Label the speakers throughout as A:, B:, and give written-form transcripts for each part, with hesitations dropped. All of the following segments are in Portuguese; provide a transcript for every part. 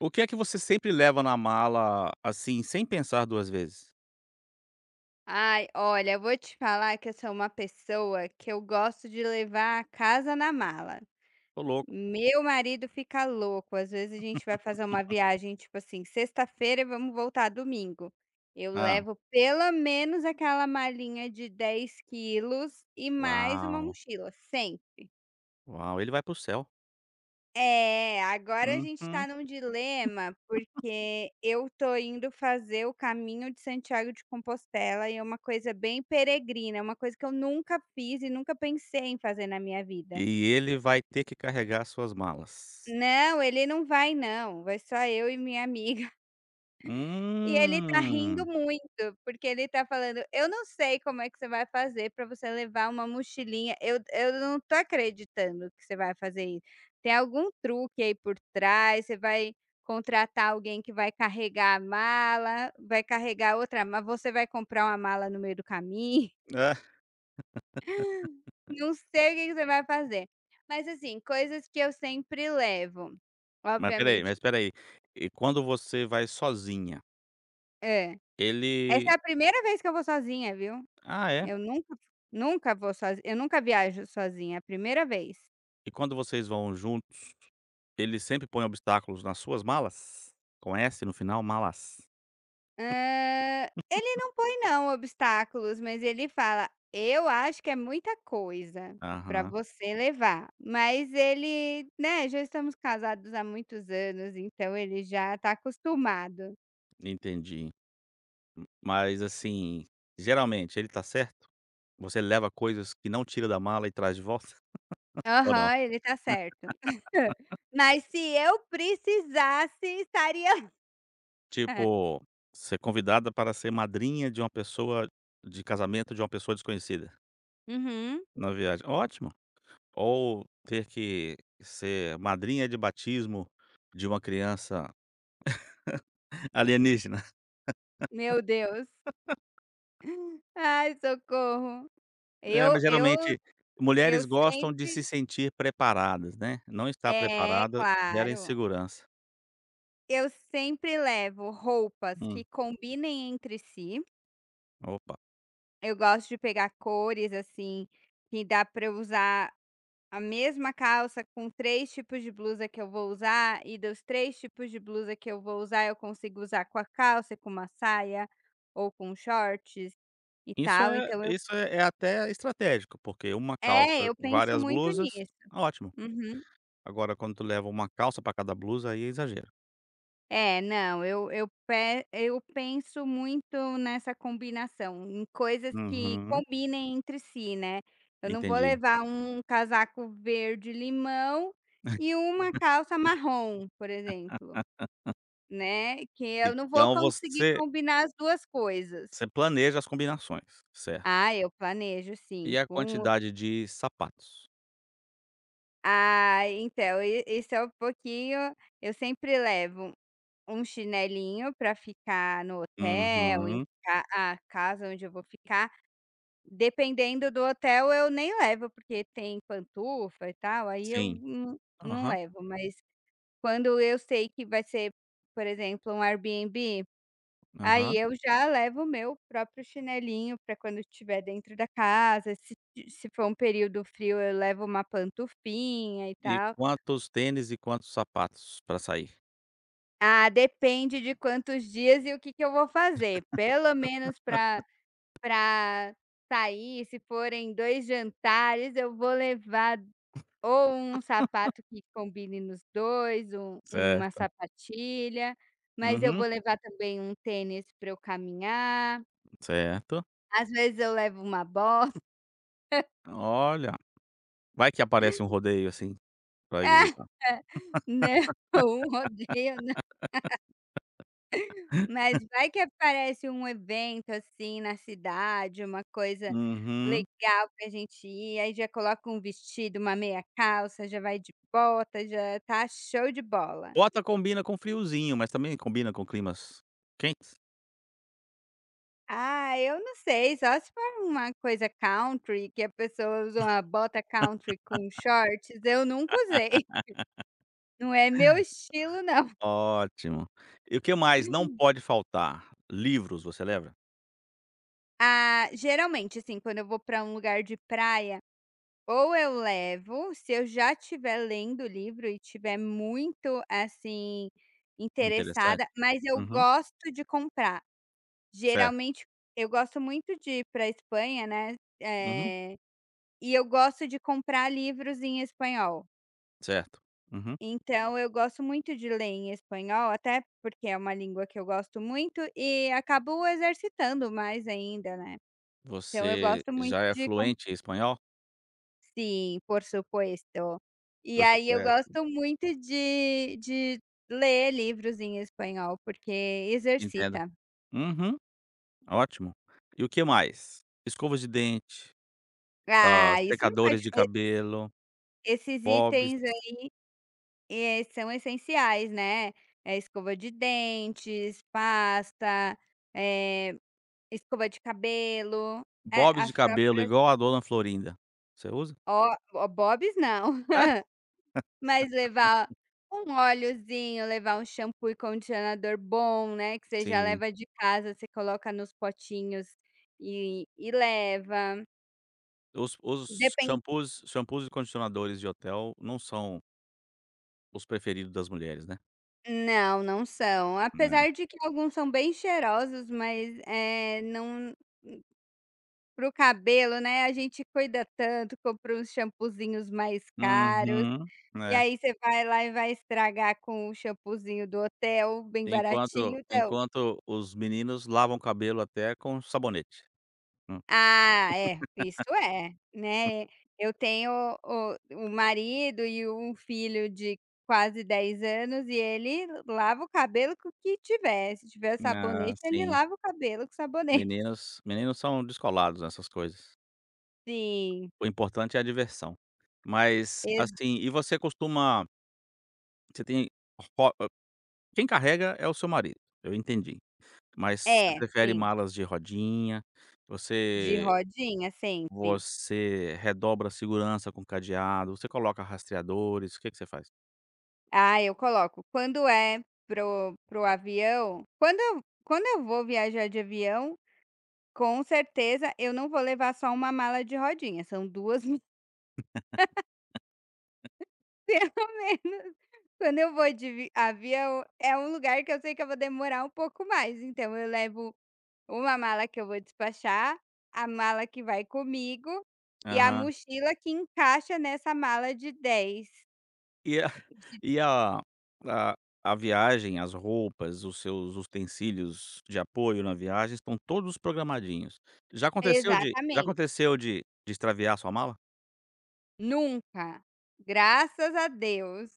A: O que é que você sempre leva na mala, assim, sem pensar duas vezes?
B: Ai, olha, eu vou te falar que eu sou uma pessoa que eu gosto de levar a casa na mala.
A: "Ô louco".
B: Meu marido fica louco. Às vezes a gente vai fazer uma viagem, tipo assim, sexta-feira e vamos voltar domingo. Eu
A: Ah,
B: levo pelo menos aquela malinha de 10 quilos e mais uma
A: uau,
B: mochila.
A: ele vai para o céu.
B: É, agora a gente está
A: Uhum.
B: num dilema, porque eu tô indo fazer o caminho de Santiago de Compostela e é uma coisa bem peregrina, é uma coisa que eu nunca fiz e nunca pensei em fazer na minha vida.
A: E ele vai ter que carregar suas malas.
B: Não, ele não vai não, vai só eu e minha amiga. E ele tá rindo
A: Hum.
B: muito, porque ele tá falando: "Eu não sei como é que você vai fazer pra você levar uma mochilinha, eu não tô acreditando que você vai fazer isso. Tem algum truque aí por trás? Você vai contratar alguém que vai carregar a mala, vai carregar outra ma você vai comprar uma mala no meio do caminho,
A: Hã.
B: não sei o que que você vai fazer". Mas, assim, coisas que eu sempre levo,
A: Mas peraí,
B: obviamente.
A: mas peraí. E quando você vai sozinha,
B: Hã. Essa é
A: ele
B: a primeira vez que eu vou sozinha, viu.
A: ah, é?
B: Eu nunca eu nunca viajo sozinha, é a primeira vez.
A: E quando vocês vão junto, ele sempre põe obstáculos nas suas malas? Com S no final, malas.
B: Hã, ele não põe não obstáculos, mas ele fala: "Eu acho que é muita coisa para
A: Aham,
B: você levar", mas ele, né, já estamos casados há muitos anos, então ele já tá acostumado.
A: entendi. Mas, assim, geralmente ele tá certo? Você leva coisas que não tira da mala e traz de volta? Ou não?
B: Aham, ele tá certo. Mas se eu precisasse, estaria lá.
A: Tipo, ser convidada para ser madrinha de uma pessoa de casamento de uma pessoa desconhecida
B: Uhum.
A: na viagem. Ótimo. Ou ter que ser madrinha de batismo de uma criança alienígena.
B: Meu Deus. Ai, socorro.
A: É,
B: Eu
A: mas
B: eu
A: geralmente
B: Eu
A: mulheres gostam de se
B: sempre
A: sentir preparadas, né. Não estar
B: É,
A: preparada gera
B: claro.
A: insegurança.
B: Eu sempre levo roupas que
A: Hum,
B: combinem entre si.
A: opa.
B: Eu gosto de pegar cores, assim, que dá para eu usar a mesma calça com 3 tipos de blusa que eu vou usar, e dos três tipos de blusa que eu vou usar, eu consigo usar com a calça e com uma saia, ou com shorts e
A: Isso
B: tal.
A: é
B: Então eu
A: isso é é até estratégico, porque uma calça,
B: É, eu penso
A: várias
B: muito
A: blusas,
B: nisso.
A: ótimo.
B: Uhum.
A: Agora quando tu leva uma calça pra cada blusa, aí é exagero.
B: É, não, eu penso muito nessa combinação, em coisas que
A: Uhum,
B: combinem entre si, né. Eu não vou
A: entendi.
B: levar um casaco verde limão e uma calça marrom, por exemplo, né, que eu não vou
A: Então
B: conseguir
A: você
B: combinar as 2 coisas.
A: você planeja as combinações, certo.
B: Ah, eu planejo sim,
A: E a
B: com
A: quantidade de sapatos?
B: ah, então, i isso é um pouquinho. Eu sempre levo um chinelinho para ficar no hotel, em
A: Uhum.
B: ca a casa onde eu vou ficar. Dependendo do hotel, eu nem levo, porque tem pantufa e tal, aí eu
A: Sim.
B: não
A: Aham,
B: levo, mas quando eu sei que vai ser, por exemplo, um Airbnb, aí
A: aham.
B: eu já levo o meu próprio chinelinho para quando estiver dentro da casa. Se for um período frio, eu levo uma pantufinha e
A: E
B: tal.
A: quantos tênis e quantos sapatos pra sair?
B: Ah, depende de quantos dias e o que que eu vou fazer. Pelo menos para pra sair, se forem 2 jantares, eu vou levar ou um sapato que combine nos 2, uma
A: Certo.
B: sapatilha, mas eu
A: Uhum,
B: vou levar também um tênis para eu caminhar,
A: certo.
B: às vezes eu levo uma bota.
A: Olha, vai que aparece um rodeio, assim, pra ir visitar.
B: É, não, um rodeio. Mas vai que aparece um evento, assim, na cidade, uma coisa
A: Uhum.
B: legal pra gente ir, aí já coloca um vestido, uma meia calça, já vai de bota, já tá show de bola.
A: Bota combina com friozinho, mas também combina com climas quentes.
B: Ah, eu não sei, só se for uma coisa country, que a pessoa usa uma bota country com shorts, eu nunca usei. Não é meu estilo não.
A: Ótimo. E o que mais não pode faltar? Livros, você lembra?
B: Ah, geralmente, assim, quando eu vou pra um lugar de praia, ou eu levo, se eu já estiver lendo o livro e estiver muito, assim,
A: Interessante.
B: interessada, mas eu
A: Uhum.
B: gosto de comprar.
A: Certo.
B: Geralmente eu gosto muito de ir pra Espanha, né,
A: Uhum.
B: eh, e eu gosto de comprar livros em espanhol.
A: Certo. Uhum.
B: Então eu gosto muito de ler em espanhol, até porque é uma língua que eu gosto muito e acabo exercitando mais ainda, né. Então eu
A: Você
B: gosto muito
A: já é
B: de
A: fluente em espanhol?
B: Sim, por supuesto. E
A: Você
B: aí eu
A: conhece?
B: gosto muito de ler livros em espanhol, porque
A: Entendo.
B: exercita.
A: Uhum. Ótimo. E o que mais? Escovas de dente, hã,
B: Ah, isso não
A: secadores
B: pode
A: de
B: e
A: cabelo,
B: esses
A: bobs
B: itens aí, são essenciais, né, escova de dentes, pasta, eh, escova de cabelo,
A: de
B: as
A: cabelo
B: próprias
A: igual a dona Florinda. Você usa?
B: ó, Bob's não.
A: É?
B: Mas levar um óleozinho, levar um shampoo e condicionador bom, né, que você já
A: Sim.
B: leva de casa, você coloca nos potinhos e leva.
A: Os
B: Depen
A: shampoos e condicionadores de hotel não são os preferidos das mulheres,
B: Não, não são.
A: né.
B: Apesar de que alguns são bem cheirosos, mas, é não para o cabelo, né, a gente cuida tanto, compra uns shampoozinhos mais caros,
A: Uhum,
B: e
A: né.
B: aí você vai lá e vai estragar com o shampoozinho do hotel, bem
A: Enquanto
B: baratinho, não.
A: enquanto os meninos lavam o cabelo até com sabonete. Hum.
B: Ah, é, isso é, né. Eu tenho o marido e um filho de quase 10 anos e ele lava o cabelo com o que tiver, se tiver
A: Ah,
B: sabonete, ele
A: sim.
B: lava o cabelo com sabonete.
A: Meninos são descolados nessas coisas.
B: Sim,
A: O importante é a diversão. Mas,
B: ex
A: assim, e você costuma você tem ro quem carrega é o seu marido, eu entendi. Mas você
B: é,
A: prefere
B: sim,
A: malas de rodinha,
B: de
A: você
B: rodinha sempre.
A: você redobra a segurança com cadeado, você coloca rastreadores, o que que você faz?
B: Ah, eu coloco. Quando é pro avião, quando eu vou viajar de avião, com certeza eu não vou levar só uma mala de rodinha, são 2. Pelo menos, quando eu vou de vi avião, é um lugar que eu sei que eu vou demorar um pouco mais, então eu levo uma mala que eu vou despachar, a mala que vai comigo e a
A: Aham.
B: mochila que encaixa nessa mala de dez.
A: E a
B: De
A: e a a a viagem, as roupas, os seus utensílios de apoio na viagem estão todos programadinhos. Já aconteceu de já
B: Exatamente,
A: aconteceu de de extraviar sua mala?
B: nunca, graças a Deus.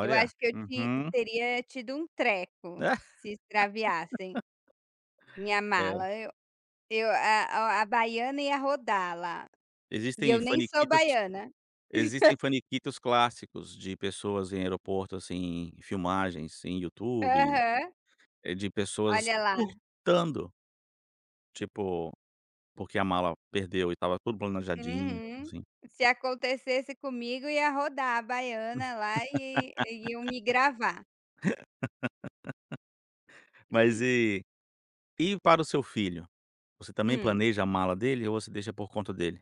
B: Eu acho que eu ti
A: Uhum.
B: teria tido um treco se extraviassem minha
A: É, É.
B: mala, eu a baiana ia rodar lá, e
A: Existem
B: eu nem sou
A: faniquitos
B: baiana.
A: clássicos de pessoas em aeroporto, assim, filmagens em YouTube,
B: Aham,
A: de pessoas
B: olha lá.
A: surtando, tipo, porque a mala perdeu e estava tudo planejadinho,
B: Uhum.
A: assim.
B: Se acontecesse comigo, ia rodar a baiana lá e iam me gravar.
A: Mas e para o seu filho, você também
B: Hum.
A: planeja a mala dele ou você deixa por conta dele?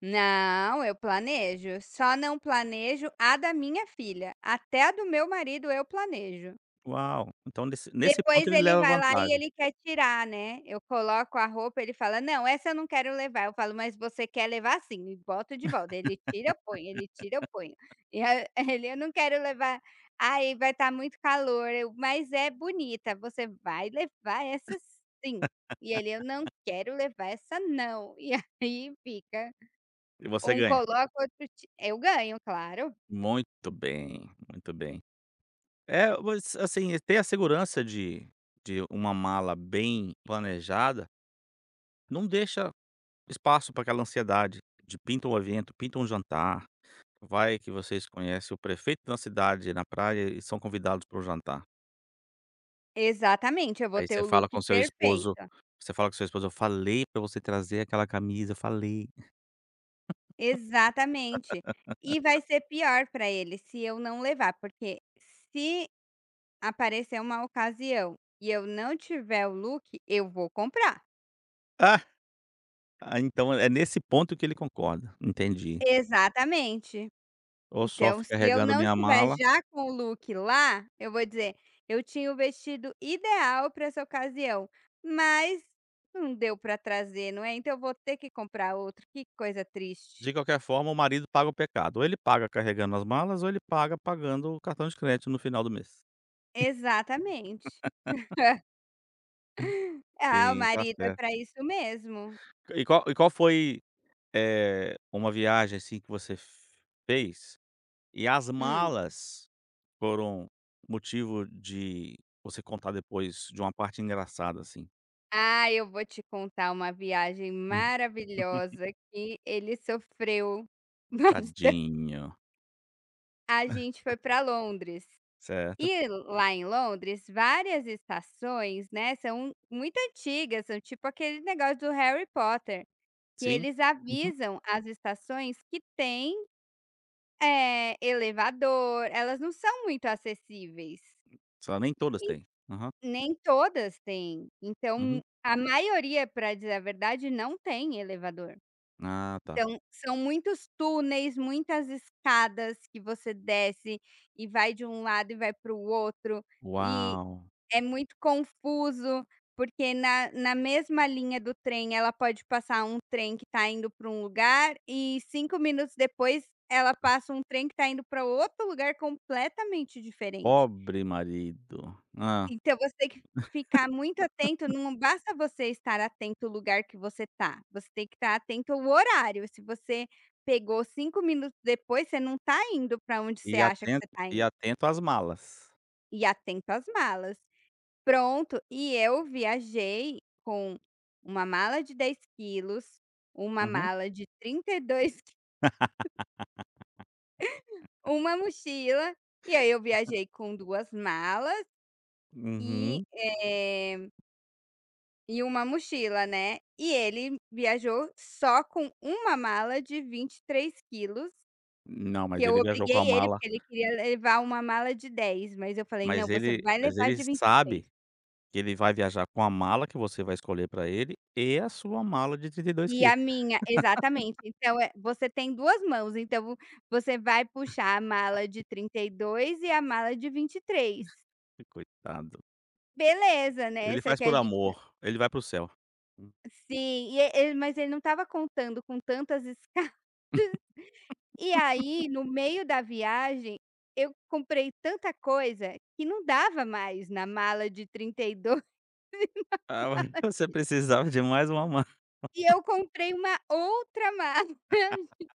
B: Não, eu planejo, só não planejo a da minha filha, até a do meu marido eu planejo.
A: Uau! Então nesse ponto
B: Depois
A: ele
B: ele
A: leva
B: vai lá e
A: vantagem
B: ele quer tirar, né. Eu coloco a roupa, ele fala: "Não, essa eu não quero levar". Eu falo: "Mas você quer levar sim, e boto de volta". Ele tira, eu ponho, ele tira, eu ponho. E a ele: "Eu não quero levar". "Ai, vai estar muito calor". Eu: "Mas é bonita, você vai levar essa sim". E ele: "Eu não quero levar essa não". E aí fica,
A: e você
B: um
A: ganha.
B: coloca, outro ti eu ganho, claro.
A: Muito bem, muito bem. É, mas assim, ter a segurança de uma mala bem planejada não deixa espaço para aquela ansiedade de pinta um evento, pinta um jantar, vai que vocês conhecem o prefeito da cidade na praia e são convidados para o jantar.
B: Exatamente, eu vou
A: Aí
B: ter
A: você
B: o look
A: fala com seu esposo:
B: perfeito.
A: "Eu falei para você trazer aquela camisa, eu falei".
B: Exatamente. E vai ser pior para ele se eu não levar, porque se aparecer uma ocasião e eu não tiver o look, eu vou comprar.
A: Ah, ah, então é nesse ponto que ele concorda, entendi.
B: Exatamente.
A: Ou
B: Então,
A: sofre
B: se eu
A: carregando
B: não
A: minha
B: tiver
A: mala.
B: já com o look lá, eu vou dizer: "Eu tinha o vestido ideal para essa ocasião, mas não deu para trazer, não é? Então eu vou ter que comprar outro". Que coisa triste.
A: De qualquer forma, o marido paga o pecado. Ou ele paga carregando as malas, ou ele paga pagando o cartão de crédito no final do mês.
B: Exatamente. Ah, o
A: Sim, tá
B: marido é para
A: certo.
B: isso mesmo.
A: E qual foi, uma viagem, assim, que você fez e as
B: Hum.
A: malas foram motivo de você contar depois de uma parte engraçada, assim?
B: Ah, eu vou te contar uma viagem
A: Hum,
B: maravilhosa que ele sofreu. bastan
A: tadinho,
B: A gente foi para Londres.
A: certo.
B: E lá em Londres, várias estações, né, são muito antigas, são tipo aquele negócio do Harry Potter, que
A: Sim.
B: eles
A: Uhum.
B: avisam as estações que tem, elevador, elas não são muito acessíveis.
A: Só nem todas têm. Aham.
B: Nem todas têm. Então,
A: Uhum.
B: a maioria, para dizer a verdade, não tem elevador.
A: Ah, tá.
B: Então, são muitos túneis, muitas escadas que você desce e vai de um lado e vai para o outro, e
A: Uau!
B: é muito confuso, porque na mesma linha do trem ela pode passar um trem que está indo para um lugar e 5 minutos depois ela passa um trem que está indo para outro lugar completamente diferente.
A: Pobre marido. Ah,
B: Então você tem que ficar muito atento, não basta você estar atento ao lugar que você tá, você tem que estar atento ao horário, se você pegou 5 minutos depois, você não tá indo para onde você
A: e
B: acha que você
A: atento
B: tá indo.
A: às malas.
B: E atento às malas. Pronto, e eu viajei com uma mala de 10 quilos, uma
A: Uhum,
B: mala de 32, qui uma mochila, e aí eu viajei com 2 malas e,
A: uhum.
B: eh E uma mochila, né. E ele viajou só com uma mala de 23 quilos,
A: Não,
B: que
A: mas
B: eu
A: ele viajou com a
B: obriguei ele,
A: mala
B: porque ele queria levar uma mala de 10, mas eu falei: "Não,
A: mas
B: você
A: ele
B: vai
A: mas
B: levar
A: ele
B: de 23". E
A: sabe
B: três.
A: que ele vai viajar com a mala que você vai escolher pra ele e a sua mala de 32
B: E
A: quilos.
B: a minha exatamente. Então, você tem 2 mãos, então você vai puxar a mala de 32 e dois e a mala de 23.
A: Coitado.
B: Beleza, né,
A: Ele
B: só
A: faz
B: que a
A: por
B: gente
A: amor, ele vai para o céu. Hum.
B: sim, e mas ele não estava contando com tantas escalas. E aí, no meio da viagem, eu comprei tanta coisa que não dava mais na mala de 32 e dois.
A: Ah, mas você precisava de mais uma mala.
B: E eu comprei uma outra mala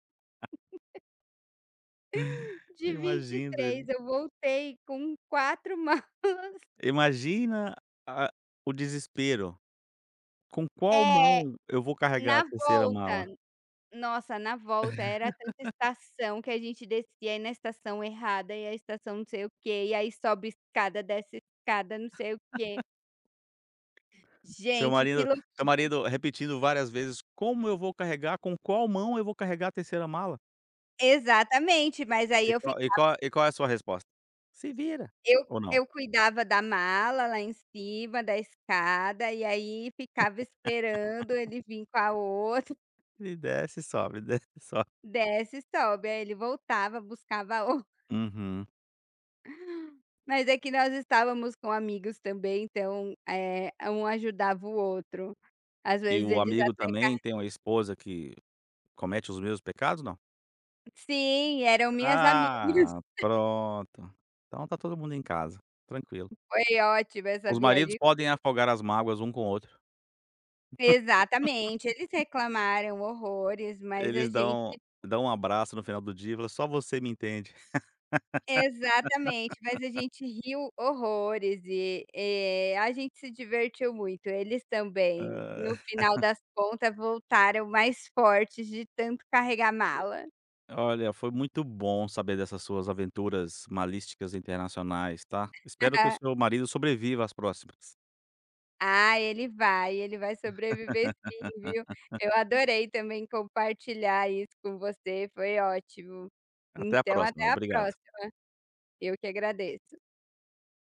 B: de
A: Imagino
B: 23.
A: ele
B: Eu voltei com 4 malas.
A: imagina a o desespero. Com qual
B: É,
A: mão eu vou carregar a
B: na
A: terceira
B: volta,
A: mala?
B: nossa, na volta era tanta estação que a gente descia aí na estação errada e a estação não sei o quê, e aí sobe escada, desce escada, não sei o quê.
A: Seu
B: Gente, que
A: marido
B: lou
A: repetindo várias vezes: "Como eu vou carregar? Com qual mão eu vou carregar a terceira mala?"
B: exatamente, mas aí
A: E qual é a sua resposta? "Se vira."
B: Eu
A: Ou não?
B: eu cuidava da mala lá em cima da escada, e aí ficava esperando ele vir com a outra,
A: E desce e sobe, desce e sobe.
B: desce e sobe, aí ele voltava, buscava a outra.
A: Uhum.
B: Mas é que nós estávamos com amigos também, então, um ajudava o outro. Às
A: E
B: vezes
A: o
B: eles
A: amigo
B: até
A: também tem uma esposa que comete os mesmos pecados, não?
B: sim, eram minhas amigas.
A: Ah, pronto. Então tá todo mundo em casa, tranquilo.
B: Foi ótima essa
A: Os maridos
B: viagem.
A: podem afogar as mágoas um com o outro.
B: Exatamente, eles reclamaram horrores, mas a
A: Eles
B: gente
A: dão um abraço no final do dia e falam: "Só você me entende."
B: exatamente, mas a gente riu horrores e, a gente se divertiu muito. Eles também, no
A: Ah,
B: final das contas, voltaram mais fortes de tanto carregar
A: e-
B: mala.
A: olha, foi muito bom saber dessas suas aventuras malísticas internacionais, tá. Espero que o seu marido sobreviva às próximas.
B: Ah, ele vai sobreviver sim, viu. Eu adorei também compartilhar isso com você, foi ótimo.
A: Até a
B: Então
A: próxima,
B: até a
A: obrigado.
B: próxima, eu que agradeço.